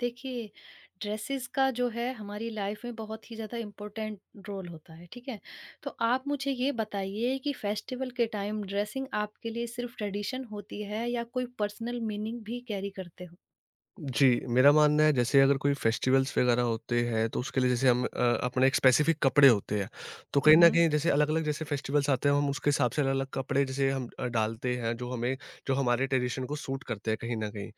देखिए, ड्रेसेस का जो है हमारी लाइफ में बहुत ही ज़्यादा इम्पोर्टेंट रोल होता है, ठीक है? तो आप मुझे ये बताइए कि फेस्टिवल के टाइम ड्रेसिंग आपके लिए सिर्फ़ ट्रेडिशन होती है या कोई पर्सनल मीनिंग भी कैरी करते हो? जी, मेरा मानना है जैसे अगर कोई फेस्टिवल्स वगैरह होते हैं तो उसके लिए जैसे हम अपने एक स्पेसिफिक कपड़े होते हैं। तो हुँ, कहीं न हुँ। कहीं जैसे अलग-अलग जैसे फेस्टिवल्स आते हैं, हम उसके हिसाब से अलग-अलग कपड़े जैसे हम डालते हैं जो हमारे ट्रेडिशन को सूट करते हैं कहीं न कहीं।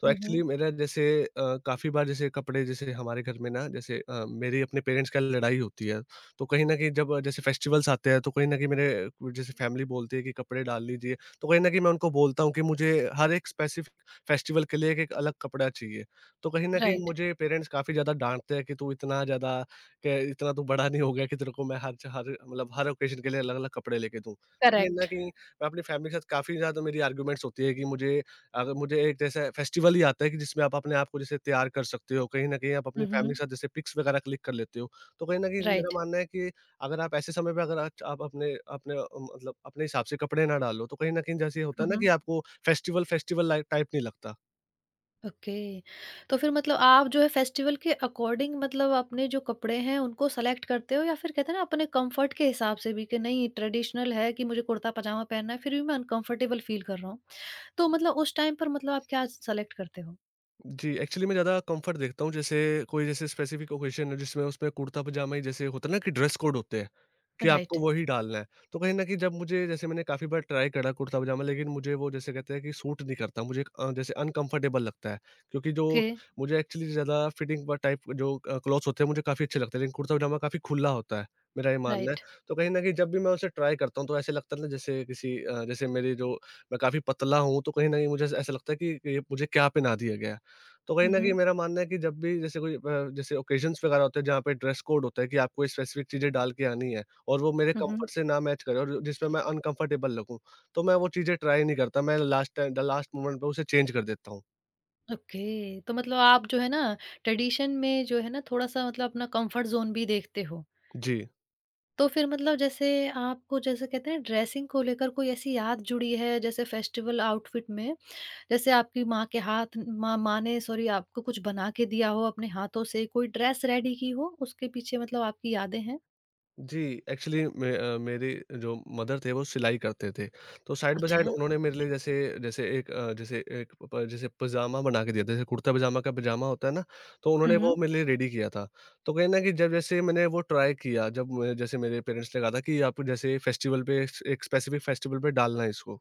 तो हुँ, एक्चुअली हुँ। मेरा जैसे काफ़ी बार जैसे कपड़े जैसे हमारे घर में ना जैसे मेरी अपने पेरेंट्स का लड़ाई होती है। तो कहीं न कहीं जब जैसे फेस्टिवल्स आते हैं तो कहीं न कहीं मेरे जैसे फैमिली बोलती है कि कपड़े डाल लीजिए। तो कहीं न कहीं मैं उनको बोलता हूँ कि मुझे हर एक स्पेसिफ़िक फेस्टिवल के लिए एक-एक अलग कपड़ा चाहिए। तो कहीं न कहीं राइट, मुझे पेरेंट्स काफ़ी ज़्यादा डाँटते हैं कि तू इतना ज़्यादा के इतना तू बड़ा नहीं हो गया कि तेरे को मैं हर मतलब हर ओकेज़न के लिए अलग-अलग कपड़े लेके दूँ। तो कहीं न करेक्ट। कहीं मैं अपनी फैमिली के साथ काफ़ी ज़्यादा मेरी आर्गुमेंट्स होती है कि मुझे अगर मुझे एक जैसे फेस्टिवल ही आता है कि जिसमें आप अपने आप को जैसे तैयार कर सकते हो, कहीं न कहीं आप अपनी हुँ, फैमिली हुँ। के साथ जैसे पिक्स वगैरह क्लिक कर लेते हो। तो कहीं न कहीं मेरा राइट। मानना है कि अगर आप ऐसे समय पे, अगर आज आप अपने अपने अ, मतलब अपने हिसाब से कपड़े ना डालो, तो कहीं न कहीं जैसे ये होता हुँ, है ना कि हुँ। आपको फेस्टिवल लाइ टाइप नहीं लगता। ओके। तो फिर मतलब आप जो है फेस्टिवल के अकॉर्डिंग मतलब अपने जो कपड़े हैं उनको सेलेक्ट करते हो या फिर कहते हैं ना अपने कंफर्ट के हिसाब से भी कि नहीं ट्रेडिशनल है कि मुझे कुर्ता पजामा पहनना है फिर भी मैं अनकंफर्टेबल फील कर रहा हूँ। तो मतलब उस टाइम पर मतलब आप क्या सेलेक्ट करते हो? जी, एक्चुअली मैं ज़्यादा कम्फर्ट देखता हूँ, जैसे कोई जैसे स्पेसिफ़िक ओकेज़न है जिसमें उसमें कुर्ता-पजामा ही जैसे होता है ना कि ड्रेस कोड होते हैं कि राइट। आपको वही डालना है। तो कहीं न कहीं जब मुझे जैसे मैंने काफ़ी बार ट्राई करा कुर्ता-पजामा, लेकिन मुझे वो जैसे कहते हैं कि सूट नहीं करता, मुझे जैसे अनकम्फर्टेबल लगता है, क्योंकि जो ओके, मुझे एक्चुअली ज़्यादा फिटिंग व टाइप क्लॉथ्स होते हैं मुझे काफ़ी अच्छे लगते हैं, लेकिन कुर्ता-पजामा काफ़ी खुला होता है, मेरा ये मानना है। राइट। तो कहीं न कहीं जब भी मैं उसे ट्राई करता हूँ तो ऐसे लगता है ना, जैसे किसी जैसे मेरी जो मैं काफ़ी पतला हूँ, तो कहीं न कहीं मुझे ऐसा लगता है कि ये मुझे क्या पहना दिया गया है। तो कहीं न हुँ, कहीं जी। हुँ। मेरा मानना है कि जब भी जैसे कोई जैसे ओकेशन्स वगैरह होते हैं जहाँ पे ड्रेस कोड होता है कि आपको स्पेसिफिक चीज़ें डाल के आनी है, और वो मेरे हुँ, हुँ। कम्फर्ट से ना मैच करे और जिसमें मैं अनकम्फर्टेबल लगूँ, तो मैं वो चीज़ें ट्राई नहीं करता। मैं last time the last moment पे उसे चेंज कर देता हूँ। ओके। तो मतलब आप जो है ना ट्रेडिशन में जो है ना थोड़ा-सा मतलब अपना कंफर्ट ज़ोन भी देखते हो। जी। तो फिर मतलब जैसे आपको जैसे कहते हैं ड्रेसिंग को लेकर कोई ऐसी याद जुड़ी है जैसे फेस्टिवल आउटफिट में? जैसे आपकी माँ के हाथ माँ माँ ने सॉरी आपको कुछ बना के दिया हो अपने हाथों से, कोई ड्रेस रेडी की हो, उसके पीछे मतलब आपकी यादें हैं? जी, एक्चुअली मेरे जो मदर थे वो सिलाई करते थे, तो साइड बाय हुँ। साइड अच्छा। उन्होंने मेरे लिए जैसे जैसे एक अ, जैसे एक प जैसे पजामा बना के दिया था, जैसे कुर्ता-पजामा का पजामा होता है ना। तो हुँ, उन्होंने हुँ। वो हुँ। मेरे लिए रेडी किया था। तो कहीं न कहीं जब जैसे मैंने वो ट्राई किया, जब म जैसे मेरे पेरेंट्स ने कहा था कि आप जैसे फेस्टिवल पे स एक स्पेसिफिक फेस्टिवल पे डालना है इसको।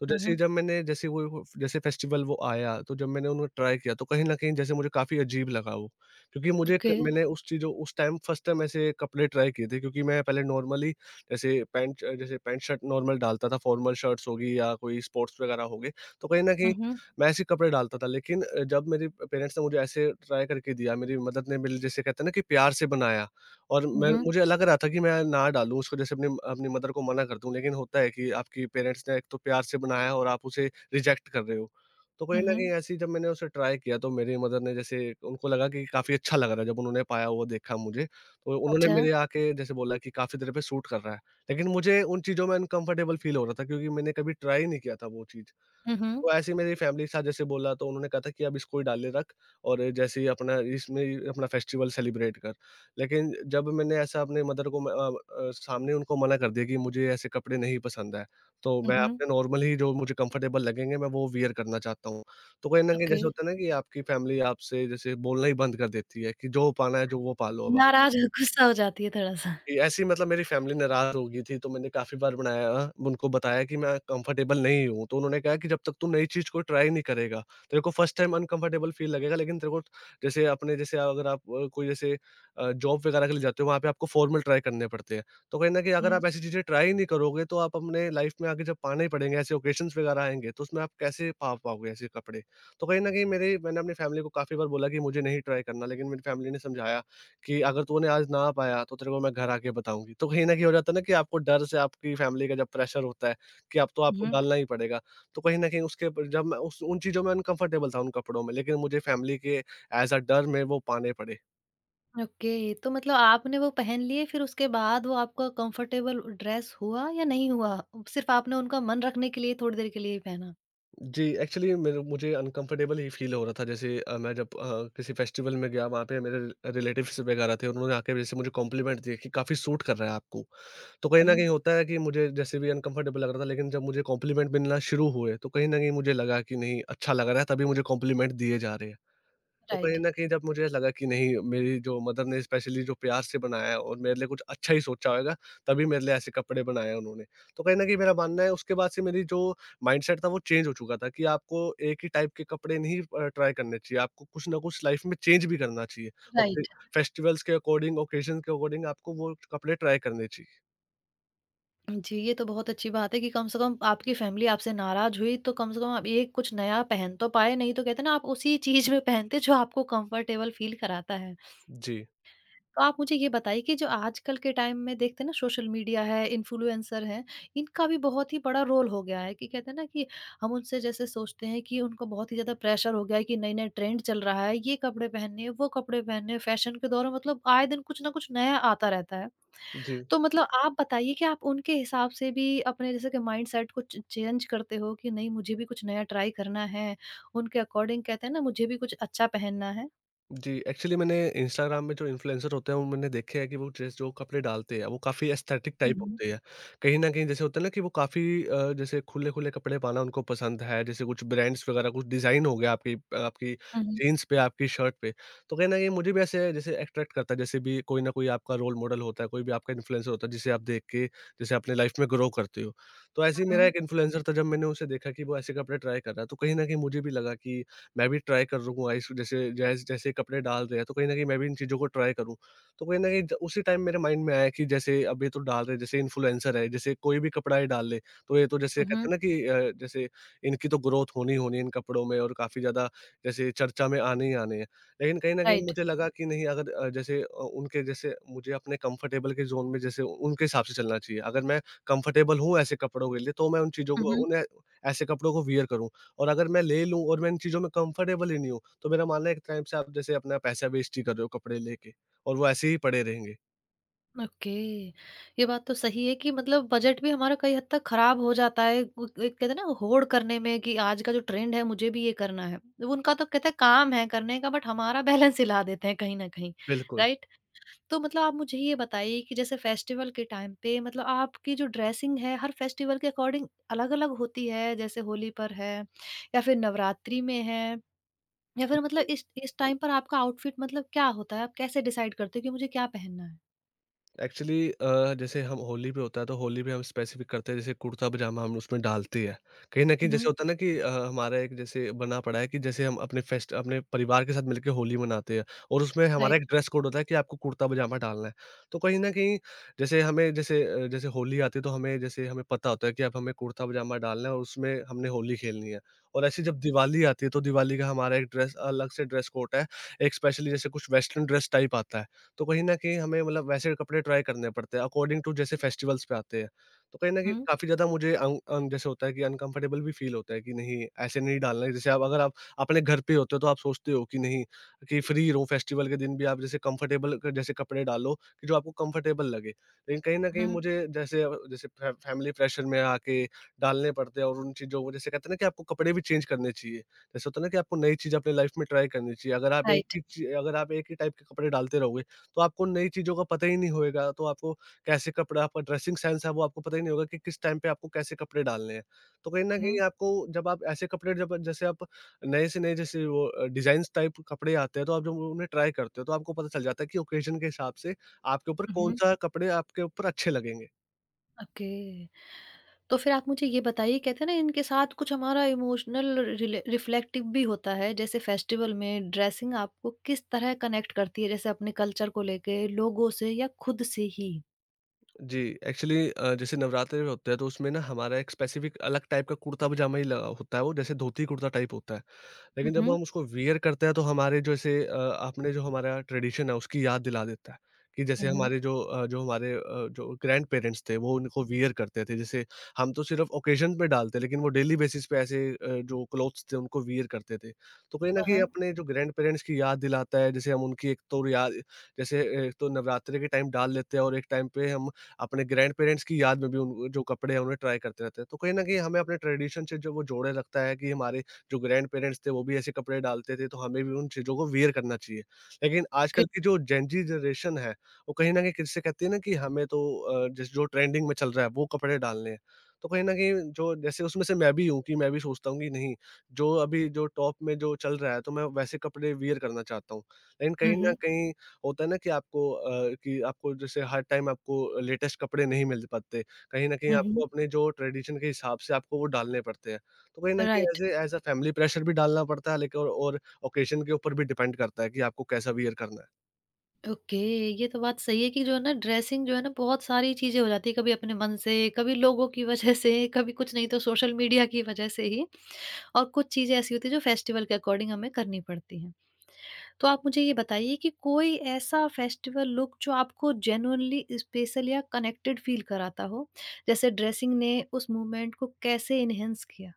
तो हुँ, जैसे ही हुँ। जब मैंने जैसे वो जैसे फेस्टिवल वो आया, तो जब मैंने उन्हें ट्राई किया, तो कहीं न कहीं जैसे मुझे काफ़ी अजीब लगा वो, क्योंकि मुझे ओके। क मैंने उस टाइम फर्स्ट टाइम ऐसे कपड़े ट्राई किए थे, क्योंकि मैं पहले नॉर्मली जैसे पैंट शर्ट नॉर्मल डालता था, फॉर्मल शर्ट्स होगी या कोई स्पोर्ट्स वगैरह हो गए, तो कहीं न कहीं हुँ, हुँ। मैं ऐसे कपड़े डालता था। लेकिन जब मेरे पेरेंट्स ने मुझे ऐसे ट्राई करके दिया, मेरी मदर ने मेरे जैसे कहते हैं ना कि प्यार से बनाया, और हुँ, मैं हुँ। मुझे लग रहा था कि मैं ना डालूँ उसको, जैसे अपनी अपनी मदर को मना कर दूँ, लेकिन होता है कि आपकी पेरेंट्स ने एक तो प्यार से बनाया और आप उसे रिजेक्ट कर रहे हो। तो हुँ, कहीं न हुँ। कहीं ऐसे जब मैंने उसे ट्राई किया तो मेरी मदर ने जैसे, उनको लगा कि काफ़ी अच्छा लग रहा है, जब उन्होंने पाया, वो देखा मुझे, तो उन्होंने अच्छा। मेरे आके जैसे बोला कि काफ़ी तेरे पे सूट कर रहा है। लेकिन मुझे उन चीज़ों में अनकम्फर्टेबल फ़ील हो रहा था, क्योंकि मैंने कभी ट्राई नहीं किया था वो चीज़। हुँ, हुँ। तो ऐसे ही मेरी फैमिली के साथ जैसे बोला, तो उन्होंने कहा था कि अब इसको ही डाले रख और जैसे ही अपना इसमें ही अपना फेस्टिवल सेलिब्रेट कर। लेकिन जब मैंने ऐसा अपने मदर को सामने उनको मना कर दिया कि मुझे ऐसे कपड़े नहीं पसंद है, तो हुँ, मैं हुँ। अपने नॉर्मल ही जो मुझे कंफर्टेबल लगेंगे मैं वो वियर करना चाहता हूँ। तो कहीं न कहीं ओके। जैसे होता है ना कि आपकी फैमिली आपसे जैसे बोलना ही बंद कर देती है कि जो पाना है, जो वो पालो अब आप। नाराज़ गुस्सा हो जाती है थोड़ा-सा। ऐसी मतलब मेरी फैमिली नाराज़ हो गई थी, तो मैंने काफ़ी बार बनाया उनको बताया कि मैं कंफर्टेबल नहीं हूँ, तो उन्होंने कहा कि जब तक तू नई चीज़ को ट्राई नहीं करेगा, तेरे को फर्स्ट टाइम अनकंफर्टेबल फ़ील लगेगा, लेकिन तेरे को जैसे अपने जैसे अगर आप कोई जैसे जॉब वगैरह के लिए जाते हो, वहाँ पे आपको फॉर्मल ट्राई करने पड़ते हैं। तो कहीं न कहीं अगर हुँ। आप ऐसी चीज़ें ट्राई नहीं करोगे, तो आप अपने लाइफ़ में आगे जब पाने ही पड़ेंगे, ऐसे ओकेशंस वगैरह आएँगे, तो उसमें आप कैसे पा पाओगे ऐसे कपड़े? तो कहीं न कहीं मेरे मैंने अपनी फैमिली को काफ़ी बार बोला कि मुझे नहीं ट्राई करना, लेकिन मेरी फैमिली ने समझाया कि अगर तूने आज ना पाया तो तेरे को मैं घर आके बताऊँगी। तो कहीं न कहीं हो जाता है ना कि आपको डर से आपकी फैमिली का जब प्रेशर होता है कि अब तो आपको हुँ। डालना ही पड़ेगा। तो कहीं न कहीं उसके ऊपर जब मैं उस उन चीज़ों में अनकंफर्टेबल था उन कपड़ों में, लेकिन मुझे फैमिली के एज़ अ डर में वो पाने पड़े। ओके, तो मतलब आपने वो पहन लिए फिर उसके बाद वो आपका कंफर्टेबल ड्रेस हुआ या नहीं हुआ? सिर्फ़ आपने उनका मन रखने के लिए थोड़ी देर के लिए ही पहना? जी, एक्चुअली मेरे मुझे अनकम्फ़र्टेबल ही फ़ील हो रहा था, जैसे मैं जब किसी फेस्टिवल में गया, वहाँ पे मेरे रिलेटिव्स वगैरह थे, उन्होंने आके जैसे मुझे कॉम्प्लीमेंट दिए कि काफ़ी सूट कर रहा है आपको। तो कहीं हुँ, न हुँ। कहीं होता है कि मुझे जैसे भी अनकम्फ़र्टेबल लग रहा था, लेकिन जब मुझे कॉम्प्लीमेंट मिलना शुरू हुए, तो कहीं न कहीं मुझे लगा कि नहीं, अच्छा लग रहा है, तभी मुझे कॉम्प्लीमेंट दिए जा रहे हैं। तो कहीं राइट, न कहीं जब मुझे लगा कि नहीं, मेरी जो मदर ने स्पेशली जो प्यार से बनाया है और मेरे लिए कुछ अच्छा ही सोचा होगा, तभी मेरे लिए ऐसे कपड़े बनाए हैं उन्होंने। तो कहीं न कहीं मेरा मानना है उसके बाद से मेरी जो माइंडसेट था वो चेंज हो चुका था कि आपको एक ही टाइप के कपड़े नहीं ट्राई करने चाहिए, आपको कुछ ना कुछ लाइफ में चेंज भी करना चाहिए। और फिर राइट। फेस्टिवल्स के अकॉर्डिंग, ओकेशन के अकॉर्डिंग आपको वो कपड़े ट्राई करने चाहिए। जी, ये तो बहुत अच्छी बात है कि कम से कम आपकी फ़ैमिली आपसे नाराज़ हुई, तो कम से कम आप ये कुछ नया पहन तो पाए, नहीं तो कहते हैं ना, आप उसी चीज़ में पहनते जो आपको कंफ़र्टेबल फ़ील कराता है। जी, तो आप मुझे ये बताइए कि जो आजकल के टाइम में देखते हैं ना, सोशल मीडिया है, इन्फ्लुएंसर हैं, इनका भी बहुत ही बड़ा रोल हो गया है कि कहते हैं ना कि हम उनसे जैसे सोचते हैं कि उनको बहुत ही ज़्यादा प्रेशर हो गया है कि नए-नए ट्रेंड चल रहा है, ये कपड़े पहनने हैं, वो कपड़े पहनने हैं। फ़ैशन के दौर में मतलब आए दिन कुछ ना कुछ नया आता रहता है। जी। तो मतलब आप बताइए कि आप उनके हिसाब से भी अपने जैसे कि माइंडसेट को च चेंज करते हो कि नहीं मुझे भी कुछ नया ट्राई करना है, उनके अकॉर्डिंग कहते हैं ना मुझे भी कुछ अच्छा पहनना है? जी, एक्चुअली मैंने इंस्टाग्राम में जो इन्फ्लुएंसर होते हैं, वो मैंने देखे हैं कि वो ड्रेस जो कपड़े डालते हैं, वो काफ़ी एस्थेटिक टाइप हुँ। होते हैं। कहीं न कहीं जैसे होता है ना कि वो काफ़ी जैसे खुले-खुले कपड़े पाना उनको पसंद है, जैसे कुछ ब्रांड्स वगैरह, कुछ डिज़ाइन हो गया आपकी आपकी हुँ, हुँ, जीन्स पे, आपकी शर्ट पे। तो कहीं न कहीं मुझे भी ऐसे जैसे अट्रैक्ट करता है, जैसे भी कोई ना कोई आपका रोल मॉडल होता है, कोई भी आपका इन्फ्लुएंसर होता है, जिसे आप देख के जैसे अपने लाइफ़ में ग्रो करते हो। तो ऐसे ही मेरा हुँ, एक इन्फ्लुएंसर था, जब मैंने उसे देखा कि वो ऐसे कपड़े ट्राई कर रहा है, तो कहीं न कहीं मुझे भी लगा कि मैं भी ट्राई करूँगा, इस जैसे कपड़े डाल रहे हैं, तो कहीं न कहीं मैं भी इन चीज़ों को ट्राई करूँ। तो कहीं न कहीं ज उसी टाइम मेरे माइंड में आया कि जैसे अब ये तो डाल रहे हैं, जैसे इन्फ्लुएंसर है, जैसे कोई भी कपड़ा ये डाल ले, तो ये तो जैसे हुँ, कहते हुँ, हैं ना कि जैसे इनकी तो ग्रोथ होनी ही होनी है इन कपड़ों में और काफ़ी ज़्यादा जैसे चर्चा में आने ही आने हैं। लेकिन कहीं न कहीं राइट। मुझे लगा कि नहीं, अगर जैसे उनके जैसे मुझे अपने कंफर्टेबल के ज़ोन में जैसे उनके हिसाब से चलना चाहिए। अगर मैं कंफर्टेबल हूँ ऐसे कपड़ों के लिए, तो मैं उन चीज़ों हुँ, को हुँ, उन्हें ऐसे कपड़ों को वियर करूँगा। और अगर मैं ले लूँ और मैं इन चीज़ों में कंफर्टेबल ही नहीं हूँ, तो मेरा मानना है एक टाइप से आप जैसे अपना पैसा वेस्ट ही कर रहे हो कपड़े लेके, और वो ऐसे ही पड़े रहेंगे। ओके। ये बात तो सही है कि मतलब बजट भी हमारा कई हद तक खराब हो जाता है। वो एक कहते हैं ना होड़ करने में कि आज का जो ट्रेंड है मुझे भी ये करना है। उनका तो कहते हैं काम है करने का बट हमारा बैलेंस हिला देते हैं कहीं न कहीं, बिल्कुल। राइट? तो मतलब आप मुझे ये बताइए कि जैसे फेस्टिवल के टाइम पे मतलब आपकी जो ड्रेसिंग है हर फेस्टिवल के अकॉर्डिंग अलग अलग होती है जैसे होली पर है या फिर नवरात्रि में है या फिर मतलब इस टाइम पर आपका आउटफिट मतलब क्या होता है आप कैसे डिसाइड करते हो कि मुझे क्या पहनना है। एक्चुअली जैसे हम होली पे होता है तो होली पे हम स्पेसिफिक करते हैं, जैसे कुर्ता पजामा हम उसमें डालते हैं। कहीं न कहीं जैसे हम्म। होता है ना कि हमारा एक जैसे बना पड़ा है कि जैसे हम अपने फेस्ट अपने परिवार के साथ मिलके होली मनाते हैं, और उसमें हमारा राइट। एक ड्रेस कोड होता है कि आपको कुर्ता पजामा डालना है। तो कहीं न कहीं जैसे हमें जैसे जैसे होली आती है, तो हमें जैसे हमें पता होता है कि अब हमें कुर्ता पजामा डालना है और उसमें हमने होली खेलनी है। और ऐसे जब दिवाली आती है, तो दिवाली का हमारा एक ड्रेस अलग से ड्रेस कोड है। एक स्पेशली जैसे कुछ वेस्टर्न ड्रेस टाइप आता है। तो कहीं न कहीं हमें मतलब वैसे कपड़े ट्राई करने पड़ते हैं, अकॉर्डिंग टू जैसे फेस्टिवल्स पे आते हैं। तो कहीं न कहीं हम्म। काफ़ी ज़्यादा मुझे अन अन जैसे होता है कि अनकम्फर्टेबल भी फ़ील होता है कि नहीं, ऐसे नहीं डालना है। जैसे आप, अगर आप अपने घर पे होते हो, तो आप सोचते हो कि नहीं, कि फ्री रहो, फेस्टिवल के दिन भी आप जैसे कम्फर्टेबल क जैसे कपड़े डालो कि जो आपको कम्फर्टेबल लगे। लेकिन कहीं न कहीं हम्म। मुझे जैसे जैसे फै फैमिली प्रेशर में आके डालने पड़ते हैं, और उन चीज़ों को जैसे कहते हैं ना कि आपको कपड़े भी चेंज करने चाहिए। जैसे होता है ना कि आपको नई चीज़ अपनी लाइफ़ में ट्राई करनी चाहिए। अगर आप एक राइट। ही ची अगर आप एक ही टाइप के कपड़े डालते रहोगे, तो आपको नई चीज़ों का पता ही नहीं होएगा, तो आपको कैसे कपड़ा आपका ड्रेसिंग सेंस है, वो आपको पता ही नहीं होगा कि किस टाइम पे आपको कैसे कपड़े डालने हैं। तो कहीं न कहीं हम्म। आपको जब आप ऐसे कपड़े, जब जैसे आप नए से नए, जैसे वो डिज़ाइन्स टाइप कपड़े आते हैं, तो आप जब उन्हें ट्राई करते हो, तो आपको पता चल जाता है कि ओकेज़न के हिसाब से आपके ऊपर हम्म। कौन-सा कपड़े आपके ऊपर अच्छे लगेंगे। ओके। तो फिर आप मुझे ये बताइए कहते हैं ना इनके साथ कुछ हमारा इमोशनल रिले रिफ्लेक्टिव भी होता है जैसे फेस्टिवल में ड्रेसिंग आपको किस तरह कनेक्ट करती है जैसे अपने कल्चर को लेके, लोगों से या खुद से ही? जी, एक्चुअली जैसे नवरात्रे में होते हैं, तो उसमें ना हमारा एक स्पेसिफ़िक अलग टाइप का कुर्ता-पजामा ही लगा होता है, वो जैसे धोती कुर्ता टाइप होता है। हुँ, लेकिन जब हुँ। हम उसको वियर करते हैं, तो हमारे जैसे आपने जो हमारा ट्रेडिशन है उसकी याद दिला देता है कि हुँ, जैसे हुँ। हमारे जो अ, जो हमारे अ, जो ग्रैंड पेरेंट्स थे, वो उनको वियर करते थे। जैसे हम तो सिर्फ ओकेजन पे डालते, लेकिन वो डेली बेसिस पे ऐसे जो क्लोथ्स थे उनको वियर करते थे। तो कहीं ना हाँ, कहीं हाँ। अपने जो ग्रैंड पेरेंट्स की याद दिलाता है। जैसे हम उनकी एक तो याद, जैसे एक तो नवरात्रि के टाइम डाल लेते हैं, और एक टाइम पे हम अपने ग्रैंड पेरेंट्स की याद में भी उन जो कपड़े हैं उन्हें ट्राई करते रहते हैं। तो कहीं ना कहीं हमें अपने ट्रेडिशन से जो वो जोड़े, लगता है कि हमारे जो ग्रैंड पेरेंट्स थे वो भी ऐसे कपड़े डालते थे, तो हमें भी उन चीज़ों को वियर करना चाहिए। लेकिन ओके। आजकल की जो जेन ज़ी जनरेशन है, वो कहीं न कहीं किससे कहती है ना कि हमें तो जैसे जो ट्रेंडिंग में चल रहा है, वो कपड़े डालने हैं। तो कहीं न कहीं जो जैसे उसमें से मैं भी हूँ कि मैं भी सोचता हूँ कि नहीं, जो अभी जो टॉप में जो चल रहा है, तो मैं वैसे कपड़े वियर करना चाहता हूँ। लेकिन हुँ, कहीं न हुँ। कहीं होता है ना कि कि आपको जैसे हर टाइम आपको लेटेस्ट कपड़े नहीं मिल पाते। कहीं न कहीं हुँ, हुँ। आपको अपने जो ट्रेडिशन के हिसाब से आपको वो डालने पड़ते हैं। तो कहीं न कहीं राइट। ऐसे एज़ अ फैमिली प्रेशर भी डालना पड़ता है, लेकिन और ओकेज़न के ऊपर भी डिपेंड करता है कि आपको कैसा वियर करना है। ओके, ये तो बात सही है कि जो है ना ड्रेसिंग जो है ना बहुत सारी चीज़ें हो जाती है कभी अपने मन से, कभी लोगों की वजह से, कभी कुछ नहीं तो सोशल मीडिया की वजह से ही और कुछ चीज़ें ऐसी होती हैं जो फेस्टिवल के अकॉर्डिंग हमें करनी पड़ती हैं। तो आप मुझे ये बताइए कि कोई ऐसा फेस्टिवल लुक जो आपको जेन्युइनली स्पेशल या कनेक्टेड फील कराता हो, जैसे ड्रेसिंग ने उस मूवमेंट को कैसे एनहांस किया?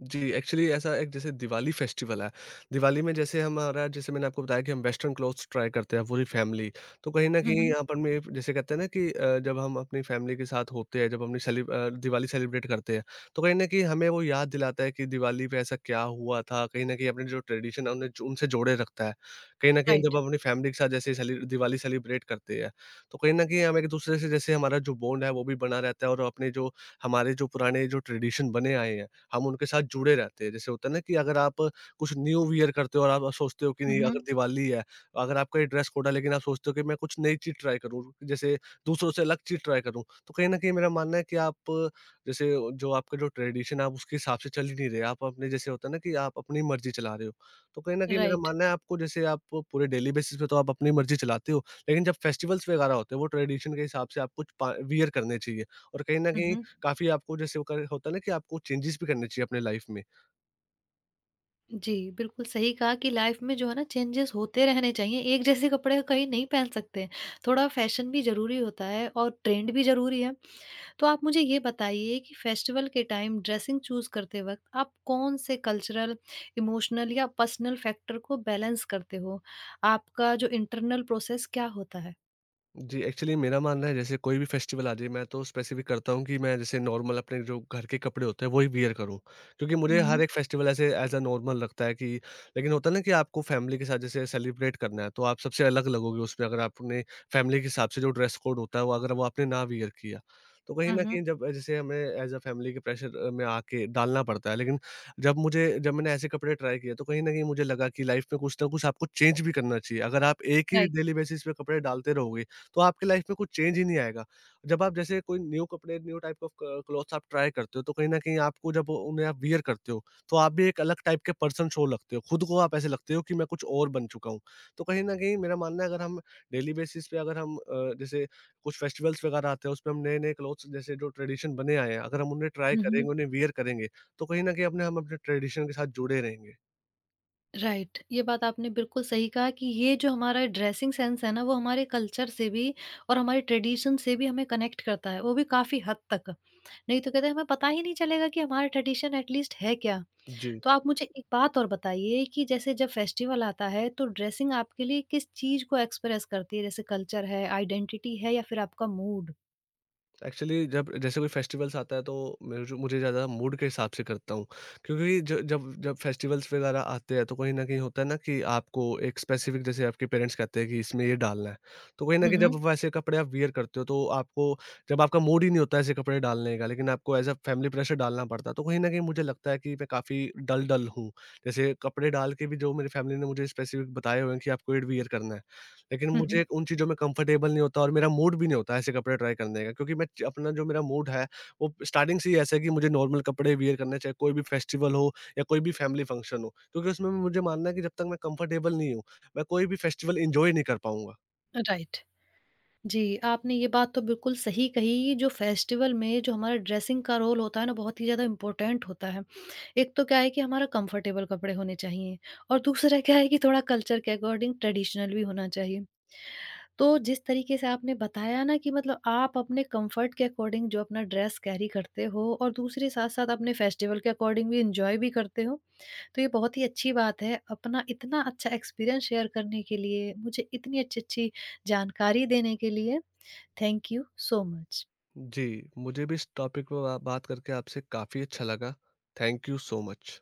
जी, एक्चुअली ऐसा एक जैसे दिवाली फेस्टिवल है। दिवाली में जैसे हमारा, जैसे मैंने आपको बताया कि हम वेस्टर्न क्लॉथ्स ट्राई करते हैं पूरी फैमिली। तो कहीं न कहीं हुँ, यहाँ पर मैं जैसे कहते हैं ना कि जब हम अपनी फैमिली के साथ होते हैं, जब हमने दिवाली सेलिब्रेट करते हैं, तो कहीं न कहीं हमें वो याद दिलाता है कि दिवाली पे ऐसा क्या हुआ था। कहीं न कहीं अपने जो ट्रेडिशन है उन्हें उनसे जोड़े रखता है। कहीं न कहीं राइट। जब हम अपनी फैमिली के साथ जैसे सेलि दिवाली सेलिब्रेट करते हैं, तो कहीं न कहीं हम एक-दूसरे से जैसे हमारा जो बॉन्ड है वो भी बना रहता है, और अपने जो हमारे जो पुराने जो ट्रेडिशन बने आए हैं, हम उनके साथ जुड़े रहते हैं। जैसे होता है ना कि अगर आप कुछ न्यू वियर करते हो और आप सोचते हो कि हुँ। नहीं। हुँ। हुँ। अगर दिवाली है, अगर आपका ये ड्रेस कोड है, लेकिन आप सोचते हो कि मैं कुछ नई चीज़ ट्राई करूँ, जैसे दूसरों से अलग चीज़ ट्राई करूँ। तो कहीं न कहीं मेरा मानना है कि आप जैसे, जो आपका जो ट्रेडिशन है आप उसके हिसाब से चल ही नहीं रहे। आप अपने जैसे होता है ना कि आप अपनी मर्ज़ी चला रहे हो। तो कहीं न कहीं मेरा राइट। मानना है, आपको जैसे आप पूरे डेली बेसिस पे तो आप अपनी मर्ज़ी चलाते हो, लेकिन जब फेस्टिवल्स वगैरह होते हैं, वो ट्रेडिशन के हिसाब से आपको कुछ पा वियर करने चाहिए। और कहीं न हुँ, कहीं हुँ। काफ़ी आपको जैसे वो कर होता है ना कि आपको चेंजेस भी करने चाहिए अपने लाइफ में। जी, बिल्कुल सही कहा कि लाइफ में जो है ना चेंजेस होते रहने चाहिए, एक जैसे कपड़े कहीं नहीं पहन सकते, थोड़ा फैशन भी ज़रूरी होता है और ट्रेंड भी ज़रूरी है। तो आप मुझे ये बताइए कि फेस्टिवल के टाइम ड्रेसिंग चूज करते वक्त आप कौन से कल्चरल, इमोशनल या पर्सनल फैक्टर को बैलेंस करते हो? आपका जो इंटरनल प्रोसेस क्या होता है? जी, एक्चुअली मेरा मानना है जैसे कोई भी फेस्टिवल आ जाए, मैं तो स्पेसिफ़िक करता हूँ कि मैं जैसे नॉर्मल अपने जो घर के कपड़े होते हैं वो ही वियर करूँ। क्योंकि मुझे हुँ। हर हुँ, एक फेस्टिवल ऐसे एज़ अ नॉर्मल लगता है कि, लेकिन होता है ना कि आपको फैमिली के साथ जैसे सेलिब्रेट करना है, तो आप सबसे अलग लगोगे उसमें, अगर आपने फैमिली के हिसाब से जो ड्रेस कोड होता है, वो अगर वो आपने ना वियर किया। तो कहीं हुँ, न हुँ। कहीं जब जैसे हमें एज़ अ फैमिली के प्रेशर में आके डालना पड़ता है, लेकिन जब मैंने ऐसे कपड़े ट्राई किए, तो कहीं न कहीं मुझे लगा कि लाइफ़ में कुछ ना कुछ आपको चेंज भी करना चाहिए। अगर आप एक ही राइट। डेली बेसिस पे कपड़े डालते रहोगे, तो आपकी लाइफ में कुछ चेंज ही नहीं आएगा। जब आप जैसे कोई न्यू कपड़े, न्यू टाइप ऑफ क क्लॉथ्स आप ट्राई करते हो, तो कहीं न कहीं आपको जब उन्हें आप वियर करते हो, तो आप भी एक अलग टाइप के पर्सन शो लगते हो। खुद को आप ऐसे लगते हो कि मैं कुछ और बन चुका हूँ। तो कहीं न कहीं मेरा मानना है, अगर हम डेली बेसिस पे, अगर हम जैसे कुछ फेस्टिवल्स वगैरह आते हैं, उसमें हम नए-नए क्लॉथ्स जैसे जो ट्रेडिशन बने आए हैं, अगर हम उन्हें ट्राई हुँ, करेंगे, हुँ। उन्हें वियर करेंगे, तो कहीं न कहीं अपने हम अपने ट्रेडिशन के साथ जुड़े रहेंगे। राइट, ये बात आपने बिल्कुल सही कहा कि ये जो हमारा ड्रेसिंग सेंस है ना, वो हमारे कल्चर से भी और हमारे ट्रेडिशन से भी हमें कनेक्ट करता है, वो भी काफ़ी हद तक। नहीं तो कहते हैं हमें पता ही नहीं चलेगा कि हमारा ट्रेडिशन एट लीस्ट है क्या? जी। तो आप मुझे एक बात और बताइए कि जैसे जब फेस्टिवल आता है तो ड्रेसिंग आपके लिए किस चीज़ को एक्सप्रेस करती है? जैसे कल्चर है, आइडेंटिटी है या फिर आपका मूड? एक्चुअली जब जैसे कोई फेस्टिवल्स आता है, तो मेरे जो मुझे ज़्यादा मूड के हिसाब से करता हूँ। क्योंकि जब जब फेस्टिवल्स वगैरह आते हैं, तो कहीं ना कहीं होता है ना कि आपको एक स्पेसिफिक जैसे आपके पेरेंट्स कहते हैं कि इसमें ये डालना है, तो कहीं ना हुँ, कहीं जब हुँ। वैसे कपड़े आप वियर करते हो, तो आपको, जब आपका मूड ही नहीं होता ऐसे कपड़े डालने का, लेकिन आपको एज अ फैमिली प्रेशर डालना पड़ता है, तो कहीं ना कहीं मुझे लगता है कि मैं काफ़ी डल डल हूँ, जैसे कपड़े डाल के भी जो मेरी फैमिली ने मुझे स्पेसिफिक बताए हुए हैं कि आपको ये वियर करना है। लेकिन हुँ, हुँ। मुझे उन चीज़ों में कंफर्टेबल नहीं होता, और मेरा मूड भी नहीं होता ऐसे कपड़े ट्राई करने का, क्योंकि मैं च अपना जो मेरा मूड है, वो स्टार्टिंग से ही ऐसा है कि मुझे नॉर्मल कपड़े वियर करने चाहिए, कोई भी फेस्टिवल हो या कोई भी फैमिली फंक्शन हो। क्योंकि उसमें मुझे मानना है कि जब तक मैं कंफर्टेबल नहीं हूँ, मैं कोई भी फेस्टिवल एन्जॉय नहीं कर पाऊँगा। राइट। जी, आपने ये बात तो बिल्कुल सही कही, जो फेस्टिवल में जो हमारा ड्रेसिंग का रोल होता है ना, बहुत ही ज़्यादा इम्पोर्टेंट होता है। एक तो क्या है कि हमारा कंफर्टेबल कपड़े होने चाहिए और दूसरा क्या है कि थोड़ा कल्चर के अकॉर्डिंग ट्रेडिशनल भी होना चाहिए। तो जिस तरीके से आपने बताया ना कि मतलब आप अपने कंफर्ट के अकॉर्डिंग जो अपना ड्रेस कैरी करते हो और दूसरे साथ साथ अपने फेस्टिवल के अकॉर्डिंग भी इंजॉय भी करते हो तो ये बहुत ही अच्छी बात है अपना इतना अच्छा एक्सपीरियंस शेयर करने के लिए मुझे इतनी अच्छी अच्छी जानकारी देने के लिए थैंक यू सो मच। जी, मुझे भी इस टॉपिक पे बा बात करके आपसे काफ़ी अच्छा लगा। Thank you so much.